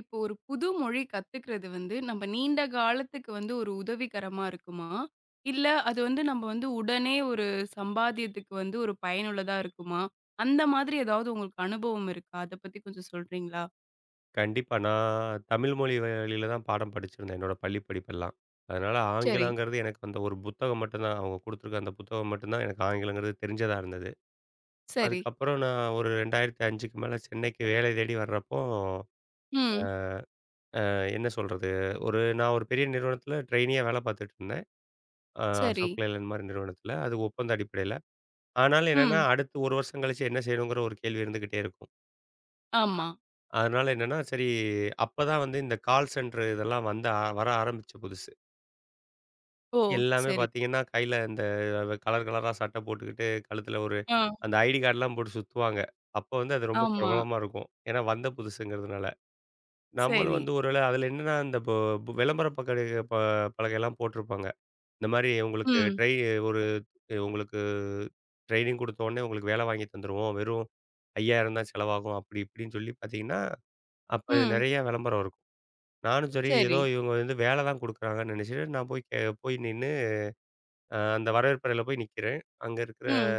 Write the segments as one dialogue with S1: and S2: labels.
S1: இப்போ ஒரு புது மொழி கத்துக்கிறது வந்து நம்ம நீண்ட காலத்துக்கு வந்து ஒரு உதவிகரமா இருக்குமா? இல்ல அது வந்து நம்ம வந்து உடனே ஒரு சம்பாத்தியத்துக்கு வந்து ஒரு பயனுள்ளதா இருக்குமா? அந்த மாதிரி ஏதாவது உங்களுக்கு அனுபவம் இருக்கா? அத பத்தி கொஞ்சம் சொல்றீங்களா?
S2: கண்டிப்பா. நான் தமிழ் மொழி வழியில தான் பாடம் படிச்சிருந்தேன், என்னோட பள்ளி படிப்பெல்லாம். அதனால
S1: சரி,
S2: ஆங்கிலங்கிறது எனக்கு அந்த ஒரு புத்தகம் மட்டும் தான். அவங்க குடுத்துருக்க அந்த புத்தகம் மட்டும் தான் எனக்கு ஆங்கிலங்கிறது தெரிஞ்சதா இருந்தது.
S1: சரி.
S2: அதுக்கப்புறம் நான் ஒரு 2005க்கு மேல சென்னைக்கு வேலை தேடி வர்றப்போ,
S1: ம்.
S2: என்ன சொல்றது? நான் ஒரு பெரிய நிறுவனத்தில ட்ரெய்னியா வேலை பார்த்துட்டு இருந்தேன்.
S1: சரி.
S2: அசோக் லேலண்ட் மாரி நிறுவனத்தில. அது ஒப்பந்த அடிப்படையில. ஆனாலும் என்னன்னா,
S1: ம்.
S2: அடுத்து 1 வருஷம் கழிச்சு என்ன செய்யணுங்கிற ஒரு கேள்வி இருந்துகிட்டே இருக்கும்.
S1: ஆமா.
S2: அதனால என்னன்னா, சரி அப்பதான் வந்து இந்த கால் சென்டர் இதெல்லாம் வர ஆரம்பிச்ச புதுசு.
S1: ஓ!
S2: எல்லாமே
S1: சரி.
S2: பார்த்தீங்கன்னா, கையில இந்த கலர் கலரா சட்டை போட்டுக்கிட்டு, கழுத்தில ஒரு
S1: ஆ.
S2: அந்த ஐடி கார்டுலாம் போட்டு சுத்துவாங்க. அப்போ வந்து அது ரொம்ப
S1: ஆமா.
S2: பிரபலமா இருக்கும். ஏன்னா வந்த புதுசுங்கிறதுனால. நம்மளும்
S1: சரி.
S2: வந்து ஒரு வேள அதில என்னன்னா, இந்த இப்போ விளம்பர பக்கடை ப பலகைலாம் போட்டிருப்பாங்க. இந்த மாரி உங்களுக்கு
S1: ம்.
S2: ட்ரெய் ஒரு உங்களுக்கு ட்ரெய்னிங் குடுத்தோனே உங்களுக்கு வேலை வாங்கி தந்துருவோம். வெறும் 5,000 தான் செலவாகும். அப்படி இப்படின்னு சொல்லி பார்த்தீங்கன்னா, அப்ப
S1: ம்.
S2: நெறைய விளம்பரம் இருக்கும். நானும் சரி
S1: சரி.
S2: ஏதோ இவங்க வந்து வேலை தான் குடுக்குறாங்கன்னு நினைச்சுட்டு நான் போய் போய் நின்னு அந்த வரவேற்பறையில போய் நிக்கிறேன். அங்க இருக்கிற
S1: ம்.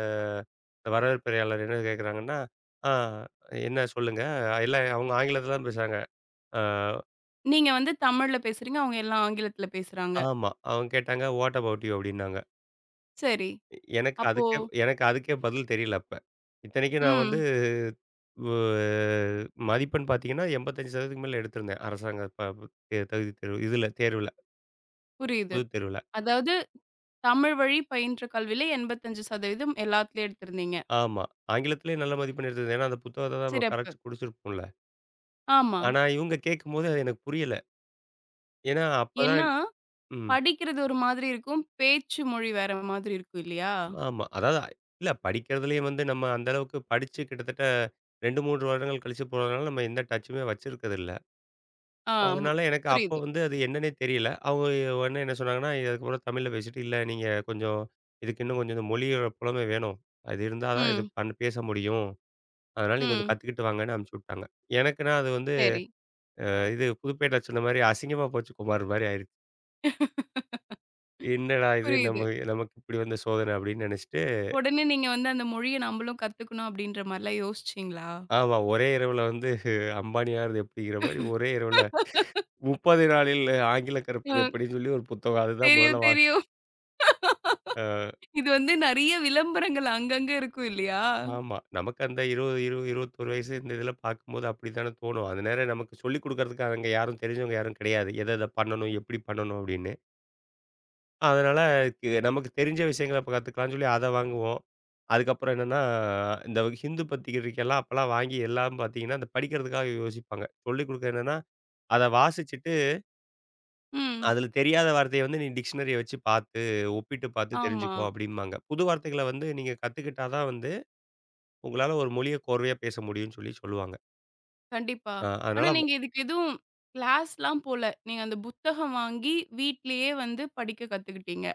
S2: வரவேற்பறையாளர் என்ன கேட்குறாங்கன்னா, "ஆ என்ன சொல்லுங்க?" எல்லாம் அவங்க ஆங்கிலத்தில தான் பேசுறாங்க. அ
S1: நீங்க வந்து தமிழ்ல பேசுறீங்க. அவங்க எல்லாம் ஆங்கிலத்தில பேசுறாங்க.
S2: ஆமா. அவங்க கேட்டாங்க, "வாட் அபௌட் யூ?" அப்படின்னாங்க.
S1: சரி.
S2: எனக்கு
S1: அப்போ
S2: அதுக்கே எனக்கு அதுக்கே பதில் தெரியல அப்ப. இத்தனைக்கும் நான் வந்து
S1: ம்.
S2: வ மதிப்பெண் பார்த்தீங்கன்னா, 85% மேல எடுத்திருந்தேன். அரசாங்க ப ப- தே தகுதி தேர்வு தேர்வுல,
S1: புரியுது.
S2: பொதுத் தேர்வுல.
S1: அதாவது தமிழ் வழி பயின்ற கல்வியில 85% எல்லாத்துலயும் எடுத்திருந்தீங்க.
S2: ஆமா. ஆங்கிலத்திலேயே நல்ல மதிப்பெண் எடுத்திருந்தேன். ஏன்னா அந்த புத்தகத்த தான் நம்ம
S1: சிறப்பு.
S2: கரைச்சு குடிச்சிருப்போம்ல.
S1: ஆமா.
S2: ஆனா இவங்க கேட்கும்போது அது எனக்கு புரியல. ஏன்னா அப்ப தான்.
S1: ஏன்னா,
S2: ம்.
S1: படிக்கிறது ஒரு மாதிரி இருக்கும். பேச்சு மொழி வேற மாதிரி இருக்கும் இல்லையா?
S2: ஆமா. அதாவது இல்ல படிக்கிறதுலயும் வந்து நம்ம அந்த அளவுக்கு படிச்சு கிட்டத்தட்ட 2, 3 வருடங்கள் கழிச்சு போனதுனால நம்ம எந்த டச்சுமே வச்சிருக்கதில்ல.
S1: ஆ ம்.
S2: அதனால எனக்கு அப்ப
S1: புரியுது.
S2: வந்து அது என்னன்னே தெரியல. அவங்க உடனே என்ன சொன்னாங்கன்னா, "இதுக்கப்புறம் தமிழ்ல பேசிட்டு, இல்ல நீங்க கொஞ்சம் இதுக்கு இன்னும் கொஞ்சம் இந்த மொழியோட புலமை வேணும். அது இருந்தா தான் இது
S1: ம்.
S2: பண் பேச முடியும். அதனால நீங்க கொஞ்சம்
S1: ம்.
S2: கத்துக்கிட்டு வாங்கன்னு" அனுப்பிச்சு விட்டாங்க. எனக்குன்னா அது வந்து
S1: சரி.
S2: இது புதுப்பேட்டை சொன்ன மாரி அசிங்கமா போச்சு குமார் மாரி ஆயிருச்சு. என்னடா இது நம்ம
S1: புரியுது.
S2: நமக்கு இப்படி வந்த சோதனை அப்படின்னு நினைச்சுட்டு.
S1: உடனே நீங்க வந்து அந்த மொழிய நம்பளும் கத்துக்கணும் அப்படின்ற மாரிலாம் யோசிச்சீங்களா?
S2: ஆமா. ஒரே இரவுல வந்து அம்பானி ஆகுறது எப்படிங்கிற மாரி, ஒரே இரவுல 30 நாளில் ஆங்கில கற்பது
S1: அ
S2: எப்படின்னு சொல்லி ஒரு புத்தகம். அதுதான்
S1: தெரியும்,
S2: முதல்ல வா
S1: தெரியும். இது வந்து நெறைய விளம்பரங்கள் அங்கங்க இருக்கும் இல்லையா?
S2: ஆமா. நமக்கு அந்த 20 21 வயசு இந்த இதில பார்க்கும்போது அப்படித்தானே தோணும். அந்த நேரம் நமக்கு சொல்லிக் குடுக்கறதுக்கு அங்க யாரும் தெரிஞ்சவங்க யாரும் கிடையாது. எத எத பண்ணணும், எப்படி பண்ணணும் அப்படின்னு. அதனால நமக்கு தெரிஞ்ச விஷயங்கள இப்ப கத்துக்கலாம்னு சொல்லி அத வாங்குவோம். அதுக்கப்புறம் என்னன்னா, இந்த ஹிந்து பத்திரிக்கைலாம் அப்பலாம் வாங்கி எல்லாம் பார்த்தீங்கன்னா, அந்த படிக்கிறதுக்காக யோசிப்பாங்க. சொல்லிக் குடுக்க என்னன்னா, அத வாசிச்சுட்டு
S1: ம்.
S2: அதுல தெரியாத வார்த்தைய வந்து நீ டிக்ஷனரிய வச்சு பார்த்து, ஒப்பிட்டு பார்த்து
S1: ஆமா.
S2: தெரிஞ்சுக்கோ அப்டிம்பாங்க. புது வார்த்தைகள வந்து நீங்க கத்துக்கிட்டா தான் வந்து, உங்களால ஒரு மொழிய கோர்வையா பேச முடியும்னு சொல்லி சொல்லுவாங்க.
S1: கண்டிப்பா.
S2: அ
S1: ஆனா
S2: அதனால வ-
S1: நீங்க இதுக்கு எதுவும் கிளாஸ்லாம் போல. நீங்க அந்த புத்தகம் வாங்கி வீட்லயே வந்து படிக்க கத்துக்கிட்டீங்க.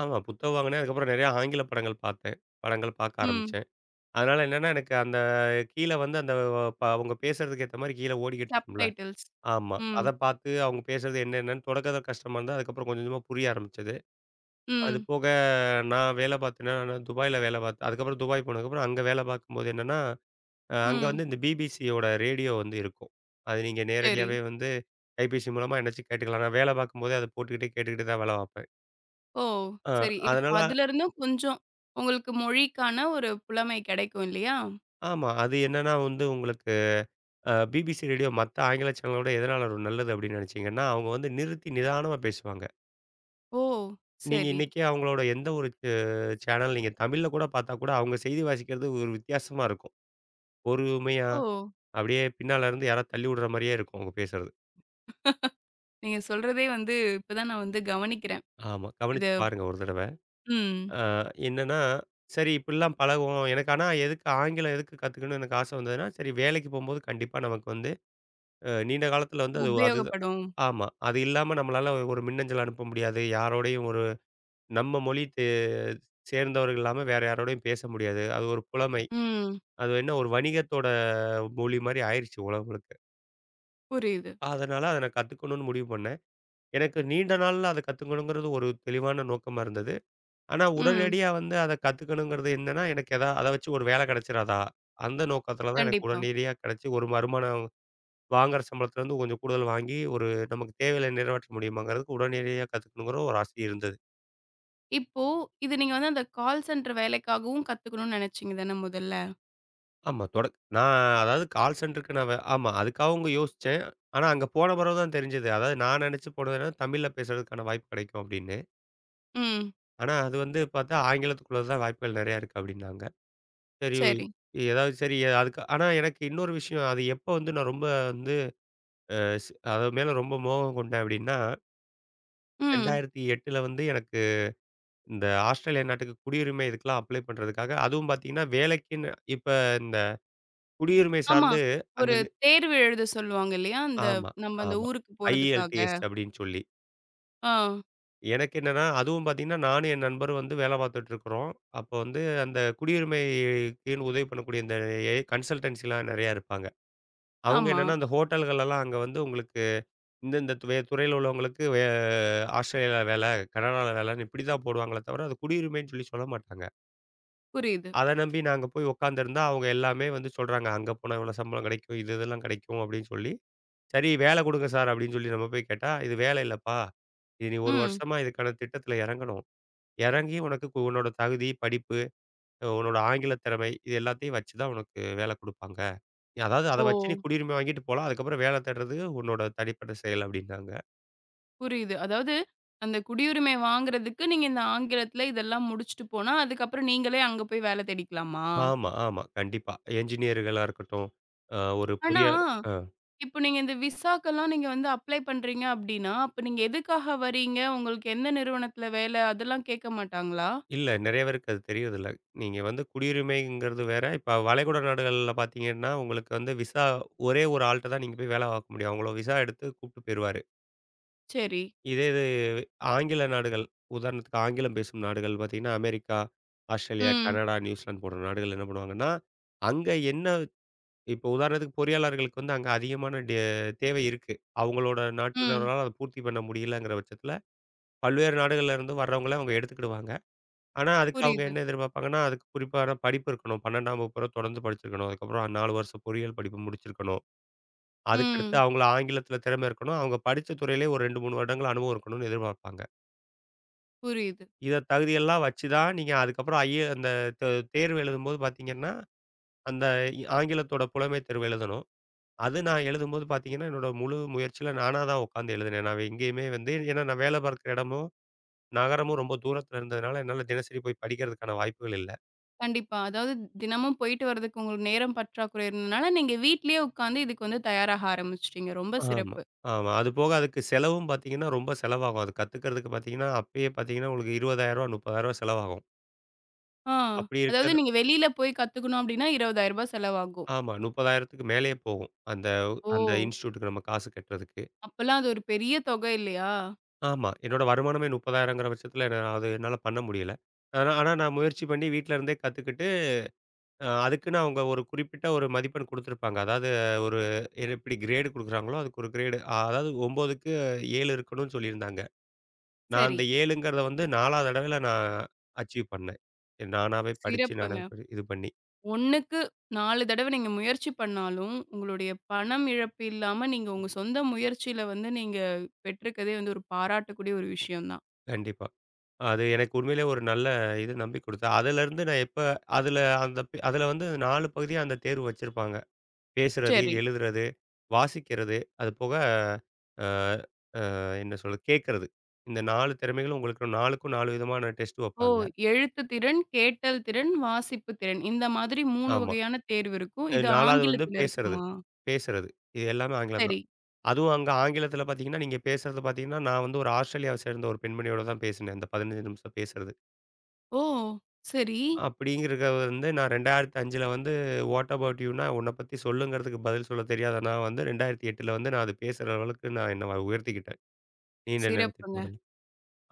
S2: ஆமா புத்தகம் வாங்குனேன். அதுக்கப்புறம் நெறைய ஆங்கில படங்கள் பார்த்தேன். படங்கள் பார்க்க
S1: ம்.
S2: ஆரம்பிச்சேன். அதனால என்னன்னா, எனக்கு அந்த கீழ வந்து அந்த வ- ப அவங்க பேசுறதுக்கு ஏத்த மாரி கீழ ஓடிக்கிட்டு இருக்கும்ல.
S1: சப்டைட்டில்ஸ்.
S2: ஆமா.
S1: ம்.
S2: அத பார்த்து அவங்க பேசுறது என்ன என்னன்னு தொடக்கத்துல கஷ்டமா இருந்தது. அதுக்கப்புறம் கொஞ்சம் கொஞ்சமா புரிய ஆரம்பிச்சது. அது
S1: ம்.
S2: போக நான் வேல பார்த்தேன்னா, நான் துபாய்ல வேல பார்த்தேன். அதுக்கப்புறம் துபாய் போனதுக்கப்புறம் அங்க வேல பார்க்கும்போது என்னன்னா அங்க
S1: ம்.
S2: வந்து இந்த பிபிசியோட ரேடியோ வந்து இருக்கும். அது நீங்க
S1: சரி.
S2: நேரடியாவே வந்து கைபேசி மூலமா என்னாச்சு கேட்டுக்கலாம். நான் வேலை பார்க்கும்போதே அத போட்டுக்கிட்டே கேட்டுக்கிட்டு தான் வேலை பார்ப்பேன்.
S1: ஓ!
S2: அ
S1: சரி. இப்ப
S2: அதனால
S1: அதுலருந்தும் கொஞ்சம் உங்களுக்கு மொழிக்கான ஒரு புலமை கிடைக்கும் இல்லையா?
S2: ஆமா. அது என்னன்னா வந்து உங்களுக்கு பிபிசி ரேடியோ மத்த ஆங்கில சேனலோட எதனால ஒரு நல்லது அப்படின்னு நினைச்சீங்கன்னா, அவங்க வந்து நிறுத்தி நிதானமா பேசுவாங்க.
S1: ஓ!
S2: நீங்க
S1: சரி.
S2: இன்னைக்கே அவங்களோட எந்த ஒரு சே சேனல் நீங்க தமிழ்ல கூட பார்த்தா கூட அவங்க செய்தி வாசிக்கிறது ஒரு வித்தியாசமா இருக்கும். பொறுமையா
S1: ஓ!
S2: அப்படியே பின்னால இருந்து யாராவது தள்ளி விடுற மாரியே இருக்கும் அவங்க பேசுறது.
S1: நீங்க சொல்றதே வந்து இப்ப தான் நான் வந்து கவனிக்கிறேன்.
S2: ஆமா. கவனிச்சு
S1: இது
S2: பாருங்க ஒரு தடவ.
S1: ம்.
S2: அ என்னன்னா, சரி இப்படிலாம் பழகுவோம். எனக்கு ஆனா எதுக்கு ஆங்கிலம் எதுக்கு கத்துக்கணும்னு எனக்கு ஆசை வந்ததுன்னா, சரி வேலைக்கு போம்போது கண்டிப்பா நமக்கு வந்து நீண்ட காலத்துல வந்து அது அதுதான்.
S1: உபயோகப்படும்.
S2: ஆமா. அது இல்லாம நம்மளால ஒரு மின்னஞ்சல் அனுப்ப முடியாது. யாரோடையும் ஒரு நம்ம மொழி தே சேர்ந்தவர்கள் இல்லாம வேற யாரோடையும் பேச முடியாது. அது ஒரு புலமை.
S1: ம்.
S2: அது என்ன ஒரு வணிகத்தோட மொழி மாரி ஆயிருச்சு உலகம் முழுக்க.
S1: புரியுது.
S2: அதனால அத நான் கத்துக்கணும்னு முடிவு பண்ணேன். எனக்கு நீண்ட நாள்ல அத கத்துக்கணுங்கிறது ஒரு தெளிவான நோக்கமா இருந்தது. ஆனா,
S1: ம்.
S2: உடனடியா வந்து அத கத்துக்கணுங்கிறது என்னன்னா, எனக்கு எதா அத வச்சு ஒரு வேலை கிடைச்சிராதா? அந்த நோக்கத்துல தான் எனக்கு
S1: கண்டிப்பா.
S2: உடனடியா கிடைச்சு, ஒரு வருமானம் வாங்குற சம்பளத்துலேருந்து கொஞ்சம் கூடுதல் வாங்கி, ஒரு நமக்கு தேவைகளை நிறைவேற்ற முடியுமாங்கிறதுக்கு உடனடியா கத்துக்கணுங்கிற ஒரு ஆசை இருந்தது.
S1: இப்போ இது நீங்க வந்து அந்த கால் சென்டர் வேலைக்காகவும் கத்துக்கணும்னு நினைச்சீங்க தானே முதல்ல?
S2: ஆமா. தொடக் நான் அதாவது கால் சென்டருக்கு நான் வே ஆமா. அதுக்காகவும் யோசிச்சேன். ஆனா, அங்க போன பிறகு தான் தெரிஞ்சது. அதாவது நான் நினைச்சு போனதுன்னா, தமிழ்ல பேசுறதுக்கான வாய்ப்பு கிடைக்கும் அப்படின்னு.
S1: ம்.
S2: ஆனா, அது வந்து பார்த்தா ஆங்கிலத்துக்குள்ளது தான் வாய்ப்புகள் நிறையா இருக்கு அப்படின்னாங்க. சரி,
S1: சரி.
S2: ஏதாவது சரி அதுக்கு ஆனா, எனக்கு இன்னொரு விஷயம் அது எப்போ வந்து நான் ரொம்ப வந்து அது மேல ரொம்ப மோகம் கொண்டேன் அப்படின்னா,
S1: ம்.
S2: 2008ல வந்து எனக்கு இந்த ஆஸ்திரேலியா நாட்டுக்கு குடியுரிமை இதுக்கெல்லாம் அப்ளை பண்றதுக்காக, அதுவும் பார்த்தீங்கன்னா வேலைக்குன்னு இப்ப இந்த குடியுரிமை
S1: ஆமா.
S2: சார்ந்து அந்த
S1: ஒரு
S2: நி
S1: தேர்வு எழுத சொல்லுவாங்க இல்லையா? அந்த
S2: ஆமா,
S1: நம்ம அந்த
S2: ஆமா.
S1: ஊருக்கு போறதுக்காக.
S2: IELTS அப்படின்னு சொல்லி.
S1: ஆ.
S2: எனக்கு என்னன்னா, அதுவும் பார்த்தீங்கன்னா, நானும் என் நண்பரும் வந்து வேலை பார்த்துட்டு இருக்கிறோம். அப்போ வந்து அந்த குடியுரிமைக்குன்னு உதவி பண்ணக்கூடிய இந்த ஏ கன்சல்டன்சிலாம் நெறையா இருப்பாங்க. அவங்க
S1: ஆமா.
S2: என்னன்னா, அந்த ஹோட்டல்கள்லாம் அங்க வந்து உங்களுக்கு இந்தந்த துவே துறையில உள்ளவங்களுக்கு ஆஸ்திரேலியால வேலை, கனடால வேலைன்னு இப்படி தான் போடுவாங்களே தவிர, அது குடியுரிமைன்னு சொல்லி சொல்ல மாட்டாங்க.
S1: புரியுது.
S2: அத நம்பி நாங்க போய் உட்காந்துருந்தா, அவங்க எல்லாமே வந்து சொல்றாங்க, "அங்க போனா இவ்வளோ சம்பளம் கிடைக்கும். இது இதெல்லாம் கிடைக்கும்." அப்படின்னு சொல்லி, "சரி வேலை குடுங்க சார்" அப்படின்னு சொல்லி நம்ம போய் கேட்டா, "இது வேலை இல்லப்பா. இது நீ 1
S1: ம்.
S2: வருஷமா இதுக்கான திட்டத்துல இறங்கணும். இறங்கி உனக்கு கு உன்னோட தகுதி, படிப்பு, உன்னோட ஆங்கில திறமை இது எல்லாத்தையும் வச்சு தான் உனக்கு வேலை குடுப்பாங்க. அதாவது அத
S1: ஓ!
S2: வச்சு நீ குடியுரிமை வாங்கிட்டு போலாம். அதுக்கப்புறம் வேலை தேடுறது உன்னோட தனிப்பட்ட செயல்" அப்படின்னாங்க.
S1: புரியுது. அதாவது அந்த குடியுரிமை வாங்குறதுக்கு நீங்க இந்த ஆங்கிலத்துல இதெல்லாம் முடிச்சுட்டு போனா, அதுக்கப்புறம் நீங்களே அங்க போய் வேலை தேடிக்கலாமா?
S2: ஆமா, ஆமா. கண்டிப்பா. என்ஜினியர்களா இருக்கட்டும், அ ஒரு
S1: ஆனா
S2: பொறியா அ
S1: இப்போ நீங்க இந்த விசாக்கெல்லாம் நீங்க வந்து அப்ளை பண்றீங்க அப்டின்னா, அப்ப நீங்க எதுக்காக வரீங்க? உங்களுக்கு எந்த நிறுவனத்தில வேலை? அதெல்லாம் கேட்க மாட்டாங்களா?
S2: இல்ல நெறைய பேருக்கு அது தெரியறதில்ல. நீங்க வந்து குடியுரிமைங்கிறது வேற. இப்ப வளைகுடா நாடுகள்ல பார்த்தீங்கன்னா, உங்களுக்கு வந்து விசா ஒரே ஒரு ஆள்ட்ட தான் நீங்க போய் வேலை பார்க்க முடியும். அவங்கள விசா எடுத்து கூப்பிட்டு போயிருவாரு.
S1: சரி.
S2: இது ஆங்கில நாடுகள், உதாரணத்துக்கு ஆங்கிலம் பேசும் நாடுகள் பார்த்தீங்கன்னா, அமெரிக்கா, ஆஸ்திரேலியா,
S1: ம்.
S2: கனடா, நியூசிலாந்து போன்ற நாடுகள் என்ன பண்ணுவாங்கன்னா, அங்க என்ன இப்போ உதாரணத்துக்கு பொறியாளர்களுக்கு வந்து அங்க அதிகமான தேவை இருக்கு. அவங்களோட
S1: ம்.
S2: நாட்டினரால அத பூர்த்தி பண்ண முடியலங்கிற பட்சத்தில பல்வேறு நாடுகள்ல இருந்து வர்றவங்கள அவங்க எடுத்துக்கிடுவாங்க. ஆனா, அதுக்கு அவங்க
S1: புரியுது.
S2: என்ன எதிர்பார்ப்பாங்கன்னா, அதுக்கு குறிப்பான படிப்பு இருக்கணும். 12ஆம் வகுப்பு வரை தொடர்ந்து படிச்சிருக்கணும். அதுக்கப்புறம் 4 வருஷம் பொறியியல் படிப்பு முடிச்சிருக்கணும். அதுக்கடுத்து
S1: ம்.
S2: அவங்கள ஆங்கிலத்தில திறமை இருக்கணும். அவங்க படிச்ச துறையிலே ஒரு 2, 3 வருடங்கள் அனுபவம் இருக்கணும்னு எதிர்பார்ப்பாங்க.
S1: புரியுது.
S2: இத தகுதியெல்லாம் வச்சு தான் நீங்க அதுக்கப்புறம் ஐஏ அந்த தே தேர்வு எழுதும்போது பார்த்தீங்கன்னா, அந்த ஆங்கிலத்தோட புலமை தேர்வு எழுதணும். அது நான் எழுதும்போது பார்த்தீங்கன்னா, என்னோட முழு முயற்சியில நானா தான் உட்காந்து எழுதினேன். நான் எங்கேயுமே வந்து ஏன்னா நான் வேலை பார்க்குற இடமும் நகரமும் ரொம்ப தூரத்துல இருந்ததுனால, என்னால தினசரி போய் படிக்கிறதுக்கான வாய்ப்புகள் இல்ல.
S1: கண்டிப்பா. அதாவது தினமும் போயிட்டு வரதுக்கு உங்களுக்கு நேரம் பற்றாக்குறை இருந்ததுனால, நீங்க வீட்லயே உட்காந்து இதுக்கு வந்து தயாராக ஆரம்பிச்சுட்டீங்க. ரொம்ப
S2: ஆமா,
S1: சிறப்பு.
S2: ஆமா. அது போக அதுக்கு செலவும் பாத்தீங்கன்னா, ரொம்ப செலவாகும். அது கத்துக்கிறதுக்கு பாத்தீங்கன்னா, அப்பயே பாத்தீங்கன்னா உங்களுக்கு ரூ. 20,000 ரூ. 30,000 செலவாகும்.
S1: ஆ.
S2: அப்படி
S1: அதாவது
S2: இருக்கிற
S1: நீங்க வெளியில போய் கத்துக்கணும் அப்டின்னா ரூ. 20,000 செலவாகும்.
S2: ஆமா 30,000க்கு மேலயே போகும். அந்த
S1: ஓ!
S2: அந்த இன்ஸ்டிடியூட்க்கு நம்ம காசு கட்டுறதுக்கு.
S1: அப்பலாம் அது ஒரு பெரிய தொகை இல்லையா?
S2: ஆமா. என்னோட வருமானமே 30,000ங்கிற பட்சத்துல, என்னால- அது என்னால பண்ண முடியல. ஆனா ஆனா நான் முயற்சி பண்ணி வீட்ல இருந்தே கத்துக்கிட்டு அதுக்குன்னு அவங்க ஒரு குறிப்பிட்ட ஒரு மதிப்பெண் குடுத்துருப்பாங்க. அதாவது ஒரு எப்படி கிரேடு குடுக்குறாங்களோ, அதுக்கு ஒரு கிரேடு. அதாவது 9க்கு 7 இருக்கணும்னு சொல்லியிருந்தாங்க. நான்
S1: சரி.
S2: அந்த 7ங்கிறத வந்து 4 தடவையில நான் அச்சீவ் பண்ணேன். நானாவே படிச்சு, நானே
S1: சிறப்புங்க.
S2: படி இது பண்ணி.
S1: 1க்கு 4 தடவ நீங்க முயற்சி பண்ணாலும், உங்களுடைய பணம் இழப்பு இல்லாம நீங்க உங்க சொந்த முயற்சியில வந்து நீங்க பெற்றிருக்கதே வந்து ஒரு பாராட்டக்கூடிய ஒரு விஷயம் தான்.
S2: கண்டிப்பா. அது எனக்கு உண்மையிலேயே ஒரு நல்ல இது நம்பி குடுத்து அதிலருந்து நான் எப்ப அதில அந்த அதில வந்து 4 பகுதியா அந்த தேர்வு வச்சிருப்பாங்க. பேசுறது,
S1: சரி.
S2: எழுதுறது, வாசிக்கிறது, அது போக அ என்ன சொல்றது? கேட்கறது. இந்த 4 திறமைகளும் உங்களுக்கு 4க்கும் 4 விதமான டெஸ்ட்
S1: ஓ!
S2: வைப்பாங்க.
S1: எழுத்து திறன், கேட்டல் திறன், வாசிப்பு திறன். இந்த மாதிரி 3
S2: ஆமா.
S1: வகையான தேர்வு இருக்கும். இது
S2: 4வது வந்து
S1: ஆங்கிலத்தில
S2: பேசுறது.
S1: இருக்குமா?
S2: பேசுறது. இது எல்லாமே ஆங்கிலம்
S1: சரி.
S2: தான். அதுவும் அங்க ஆங்கிலத்தில பார்த்தீங்கன்னா, நீங்க பேசுறது பார்த்தீங்கன்னா, நான் வந்து ஒரு ஆஸ்திரேலியாவை சேர்ந்த ஒரு பெண்மணியோட தான் பேசினேன். அந்த 15 நிமிஷம் பேசுறது.
S1: ஓ! சரி.
S2: அப்படிங்கிறத வந்து நான் 2005ல வந்து வாட் அபௌட் யூன்னா உன்ன பத்தி சொல்லுங்கிறதுக்கு பதில் சொல்ல தெரியாத நான் வந்து 2008ல வந்து நான் அது பேசுற அளவுக்கு நான் என்ன உயர்த்திக்கிட்டேன். நீண்ட நேரத்துக்கு
S1: சிறப்புங்க.
S2: முதல்ல.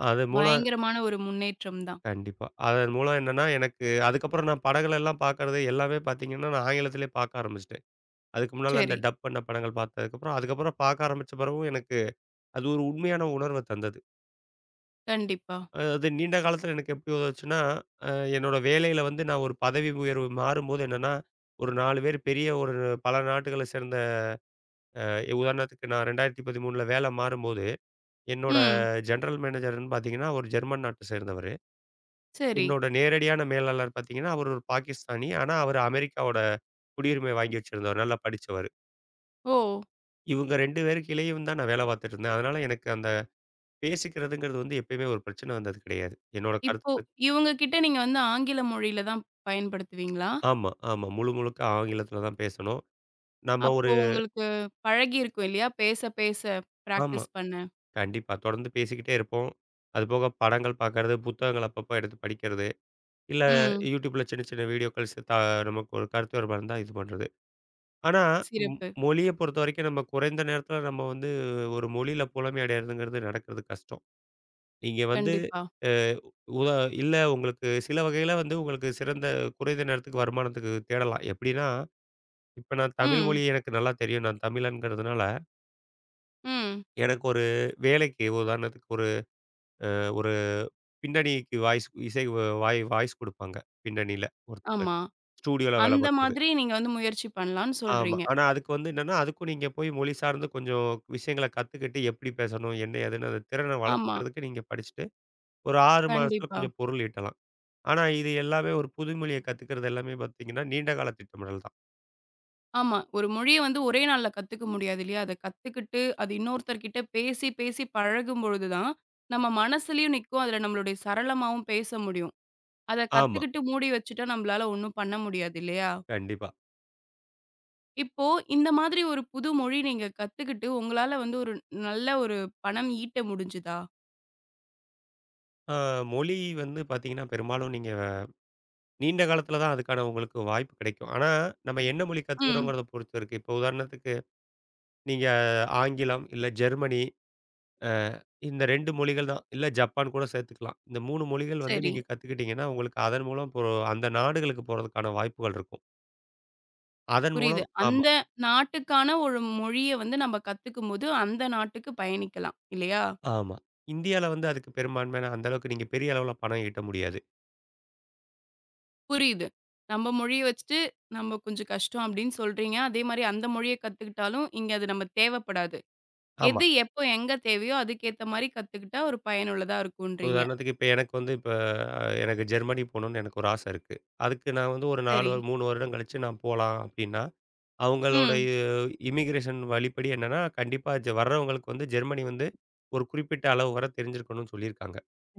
S2: அது மூலம்
S1: பயங்கரமான ஒரு முன்னேற்றம் தான்.
S2: கண்டிப்பா. அதன் மூலம் என்னன்னா, எனக்கு அதுக்கப்புறம் நான் படங்கள் எல்லாம் பார்க்கறது எல்லாமே பார்த்தீங்கன்னா, நான் ஆங்கிலத்திலே பார்க்க ஆரம்பிச்சுட்டேன். அதுக்கு முன்னால இந்த
S1: சரி.
S2: டப் பண்ண படங்கள் பார்த்ததுக்கப்புறம், அதுக்கப்புறம் பார்க்க ஆரம்பிச்ச பிறகும் எனக்கு அது ஒரு உண்மையான உணர்வ தந்தது.
S1: கண்டிப்பா.
S2: அது நீண்ட காலத்தில எனக்கு எப்படி உதவுச்சுன்னா, அ என்னோட வேலையில வந்து நான் ஒரு பதவி உயர்வு மாறும்போது என்னன்னா, ஒரு 4 பேர் பெரிய ஒரு பல நாடுகள சேர்ந்த அ உதாரணத்துக்கு நான் 2013ல வேல மாறும்போது, என்னோட
S1: ம்.
S2: ஜெனரல் மேனேஜர்ன்னு பார்த்தீங்கன்னா, ஒரு ஜெர்மன் நாட்ட சேர்ந்தவரு.
S1: சரி.
S2: என்னோட நேரடியான மேலாளர் பார்த்தீங்கன்னா, அவரு ஒரு பாகிஸ்தானி. ஆனா, அவரு அமெரிக்காவோட குடியுரிமை வாங்கி வச்சிருந்தவர். நல்லா படிச்சவரு.
S1: ஓ!
S2: இவங்க 2 பேரு கீழயும் தான் நான் வேலை பார்த்துட்டு இருந்தேன். அதனால எனக்கு அந்த பேசிக்கிறதுங்கிறது வந்து எப்பயுமே ஒரு பிரச்சனை வந்தது கிடையாது. என்னோட
S1: இப்போ
S2: கருத்து
S1: இவங்க கிட்ட நீங்க வந்து ஆங்கில மொழியில தான் பயன்படுத்துவீங்களா?
S2: ஆமா, ஆமா. முழு முழுக்க ஆங்கிலத்தில தான் பேசணும். நம்ம
S1: அப்போ
S2: ஒரு
S1: உங்களுக்கு பழகியிருக்கும் இல்லையா? பேச, பேச
S2: ஆமா.
S1: பிராக்டிஸ் பண்ண.
S2: கண்டிப்பா. தொடர்ந்து பேசிக்கிட்டே இருப்போம். அதுபோக படங்கள் பார்க்கறது, புத்தகங்கள் அப்பப்போ எடுத்து படிக்கிறது. இல்ல
S1: ம்.
S2: YouTubeல சின்ன சின்ன வீடியோக்கள் ஸ் த நமக்கு ஒரு கருத்து வேறுபாடு இருந்தா இது பண்றது. ஆனா, ம்
S1: சிறப்பு.
S2: மொழிய பொறுத்தவரைக்கும் நம்ம குறைந்த நேரத்தில நம்ம வந்து ஒரு மொழியில புலமை அடையறதுங்கிறது நடக்கிறது கஷ்டம். நீங்க வந்து
S1: கண்டிப்பா.
S2: அ உதா இல்ல உங்களுக்கு சில வகையில வந்து உங்களுக்கு சிறந்த குறைந்த நேரத்துக்கு வருமானத்துக்கு தேடலாம். எப்படின்னா, இப்ப நான் தமிழ்
S1: ம்.
S2: மொழி எனக்கு நல்லா தெரியும். நான் தமிழன்கிறதுனால,
S1: ம்.
S2: எனக்கு ஒரு வேலைக்கு உதாரணத்துக்கு ஒரு ஒரு பின்னணிக்கு வாய்ஸ் இசை வாய் வாய்ஸ் குடுப்பாங்க. பின்னணியில
S1: ஆமா.
S2: ஒருத்தங்களுக்கு ஸ்டூடியோல வேலை
S1: அந்த
S2: பார்க்கறது.
S1: மாதிரி நீங்க வந்து முயற்சி பண்ணலான்னு
S2: ஆமா.
S1: சொல்றீங்க.
S2: ஆனா அதுக்கு வந்து என்னன்னா, அதுக்கும் நீங்க போய் மொழி சார்ந்து கொஞ்சம் விஷயங்கள கத்துக்கிட்டு, எப்படி பேசணும், என்ன ஏதுன்னு அந்த திறன
S1: ஆமா.
S2: வளர்த்துக்கிறதுக்கு நீங்க படிச்சுட்டு, ஒரு 6 மாசத்துல
S1: கண்டிப்பா.
S2: கொஞ்சம் பொருள் ஈட்டலாம். ஆனா இது எல்லாமே ஒரு புது மொழிய கத்துக்கிறது எல்லாமே பார்த்தீங்கன்னா, நீண்ட கால திட்டமிடல் தான்.
S1: ஆமா. ஒரு மொழிய வந்து ஒரே நாள்ல கத்துக்க முடியாது இல்லையா? அத கத்துக்கிட்டு, அது இன்னொருத்தர்கிட்ட பேசி, பேசி பழகும்பொழுது தான், நம்ம மனசுலயும் நிக்கும். அதுல நம்மளுடைய சரளமாவும் பேச முடியும். அத
S2: ஆமா.
S1: கத்துக்கிட்டு மூடி வச்சுட்டா, நம்மளால ஒண்ணும் பண்ண முடியாது இல்லையா?
S2: கண்டிப்பா.
S1: இப்போ இந்த மாதிரி ஒரு புது மொழி நீங்க கத்துக்கிட்டு, உங்களால வந்து ஒரு நல்ல ஒரு பணம் ஈட்ட முடிஞ்சுதா?
S2: ஆ மொழி வந்து பார்த்தீங்கன்னா, பெரும்பாலும் நீங்க நீண்ட காலத்துல தான் அதுக்கான உங்களுக்கு வாய்ப்பு கிடைக்கும். ஆனா, நம்ம என்ன மொழி
S1: ம்.
S2: கத்துக்கிறோங்கிறத பொறுத்து இருக்கு. இப்போ உதாரணத்துக்கு, நீங்க ஆங்கிலம், இல்ல ஜெர்மனி அ இந்த 2 மொழிகள் தான். இல்ல ஜப்பான் கூட சேர்த்துக்கலாம். இந்த 3 மொழிகள் வந்து
S1: சரி.
S2: நீங்க கத்துக்கிட்டீங்கன்னா, உங்களுக்கு அதன் மூலம் இப்போ அந்த நாடுகளுக்கு போறதுக்கான வாய்ப்புகள் இருக்கும். அதன்
S1: புரியுது.
S2: மூலம் ஆமா,
S1: அந்த நாட்டுக்கான ஒரு மொழிய வந்து நம்ம கத்துக்கும்போது, அந்த நாட்டுக்கு பயணிக்கலாம். இல்லையா?
S2: ஆமா. இந்தியால வந்து அதுக்கு பெரும்பான்மையான அந்த அளவுக்கு நீங்க பெரிய அளவுல பணம் ஈட்ட முடியாது.
S1: புரியுது. நம்ம மொழிய வச்சுட்டு, நம்ம கொஞ்சம் கஷ்டம் அப்படின்னு சொல்றீங்க. அதே மாரி அந்த மொழிய கத்துக்கிட்டாலும், இங்க அது நம்ம தேவைப்படாது.
S2: ஆமா.
S1: எது, எப்போ, எங்க தேவையோ அதுக்கேத்த மாரி கத்துக்கிட்டா ஒரு பயனுள்ளதா இருக்கும்ன்றீங்க.
S2: உதாரணத்துக்கு இப்ப எனக்கு வந்து இப்ப எனக்கு ஜெர்மனி போணும்னு எனக்கு ஒரு ஆசை இருக்கு. அதுக்கு நான் வந்து ஒரு 4
S1: சரி.
S2: வரு 3 வருடம் கழிச்சு நான் போலாம் அப்டின்னா, அவங்களுடைய
S1: ம்.
S2: இமிகிரேஷன் வழிப்படி என்னன்னா, கண்டிப்பா வர்றவங்களுக்கு வந்து ஜெர்மனி வந்து ஒரு குறிப்பிட்ட அளவு வர தெரிஞ்சிருக்கணும்னு சொல்லியிருக்காங்க.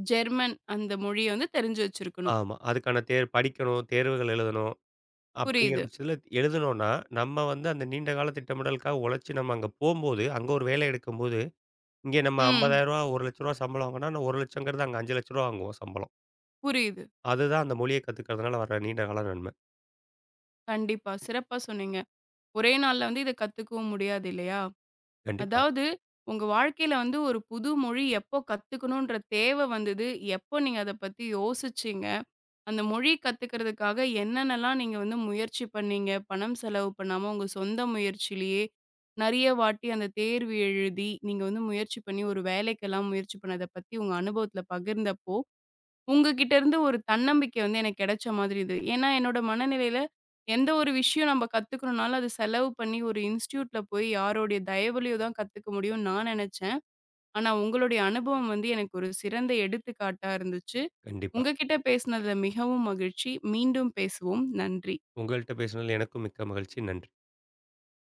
S1: ஜெர்மன் அந்த மொழிய வந்து தெரிஞ்சு வச்சிருக்கணும்.
S2: ஆமா. அதுக்கான தேர் படிக்கணும், தேர்வுகள் எழுதணும். அப்படிங்கிற
S1: புரியுது.
S2: பட்சத்தில எழுதனோம்னா, நம்ம வந்து அந்த நீண்ட கால திட்டமிடலுக்காக உழைச்சு நம்ம அங்க போம்போது, அங்க ஒரு வேலை எடுக்கும்போது, இங்கே நம்ம ரூ.
S1: ம்.
S2: 50,000 ரூ. 1,00,000 சம்பளம் வாங்குனா, ரூ. 1,00,000ங்கிறது அங்க ரூ. 5,00,000 வாங்குவோம் சம்பளம்.
S1: புரியுது.
S2: அதுதான் அந்த மொழிய கத்துக்கிறதுனால வர நீண்ட கால நன்மை.
S1: கண்டிப்பா. சிறப்பா சொன்னீங்க. ஒரே நாள்ல வந்து இத கத்துக்கவும் முடியாது இல்லையா?
S2: கண்டிப்பா,
S1: அதாவது உங்க வாழ்க்கையில வந்து ஒரு புது மொழி எப்போ கத்துக்கணுன்ற தேவ வந்தது, எப்போ நீங்க அத பத்தி யோசிச்சீங்க, அந்த மொழி கத்துக்கிறதுக்காக என்னென்னலாம் நீங்க வந்து முயற்சி பண்ணீங்க, பணம் செலவு பண்ணாம உங்க சொந்த முயற்சியிலேயே நெறைய வாட்டி அந்த தேர்வு எழுதி, நீங்க வந்து முயற்சி பண்ணி ஒரு வேலைக்கெல்லாம் முயற்சி பண்ணத பத்தி உங்க அனுபவத்தில பகிர்ந்தப்போ, உங்ககிட்ட இருந்து ஒரு தன்னம்பிக்கை வந்து எனக்கு கிடைச்ச மாதிரி இது. ஏன்னா, என்னோட மனநிலையில எந்த ஒரு விஷயம் நம்ம கத்துக்கணும்னாலும், அது செலவு பண்ணி ஒரு இன்ஸ்டிடியூட்ல போய் யாருடைய தயவுலயோ தான் கத்துக்க முடியும்னு நான் நெனச்சேன். ஆனா, உங்களுடைய அனுபவம் வந்து எனக்கு ஒரு சிறந்த எடுத்துக்காட்டா இருந்துச்சு.
S2: கண்டிப்பா.
S1: உங்ககிட்ட பேசினதுல மிகவும் மகிழ்ச்சி. மீண்டும் பேசுவோம். நன்றி.
S2: உங்கள்ட்ட பேசினதுல எனக்கும் மிக்க மகிழ்ச்சி. நன்றி.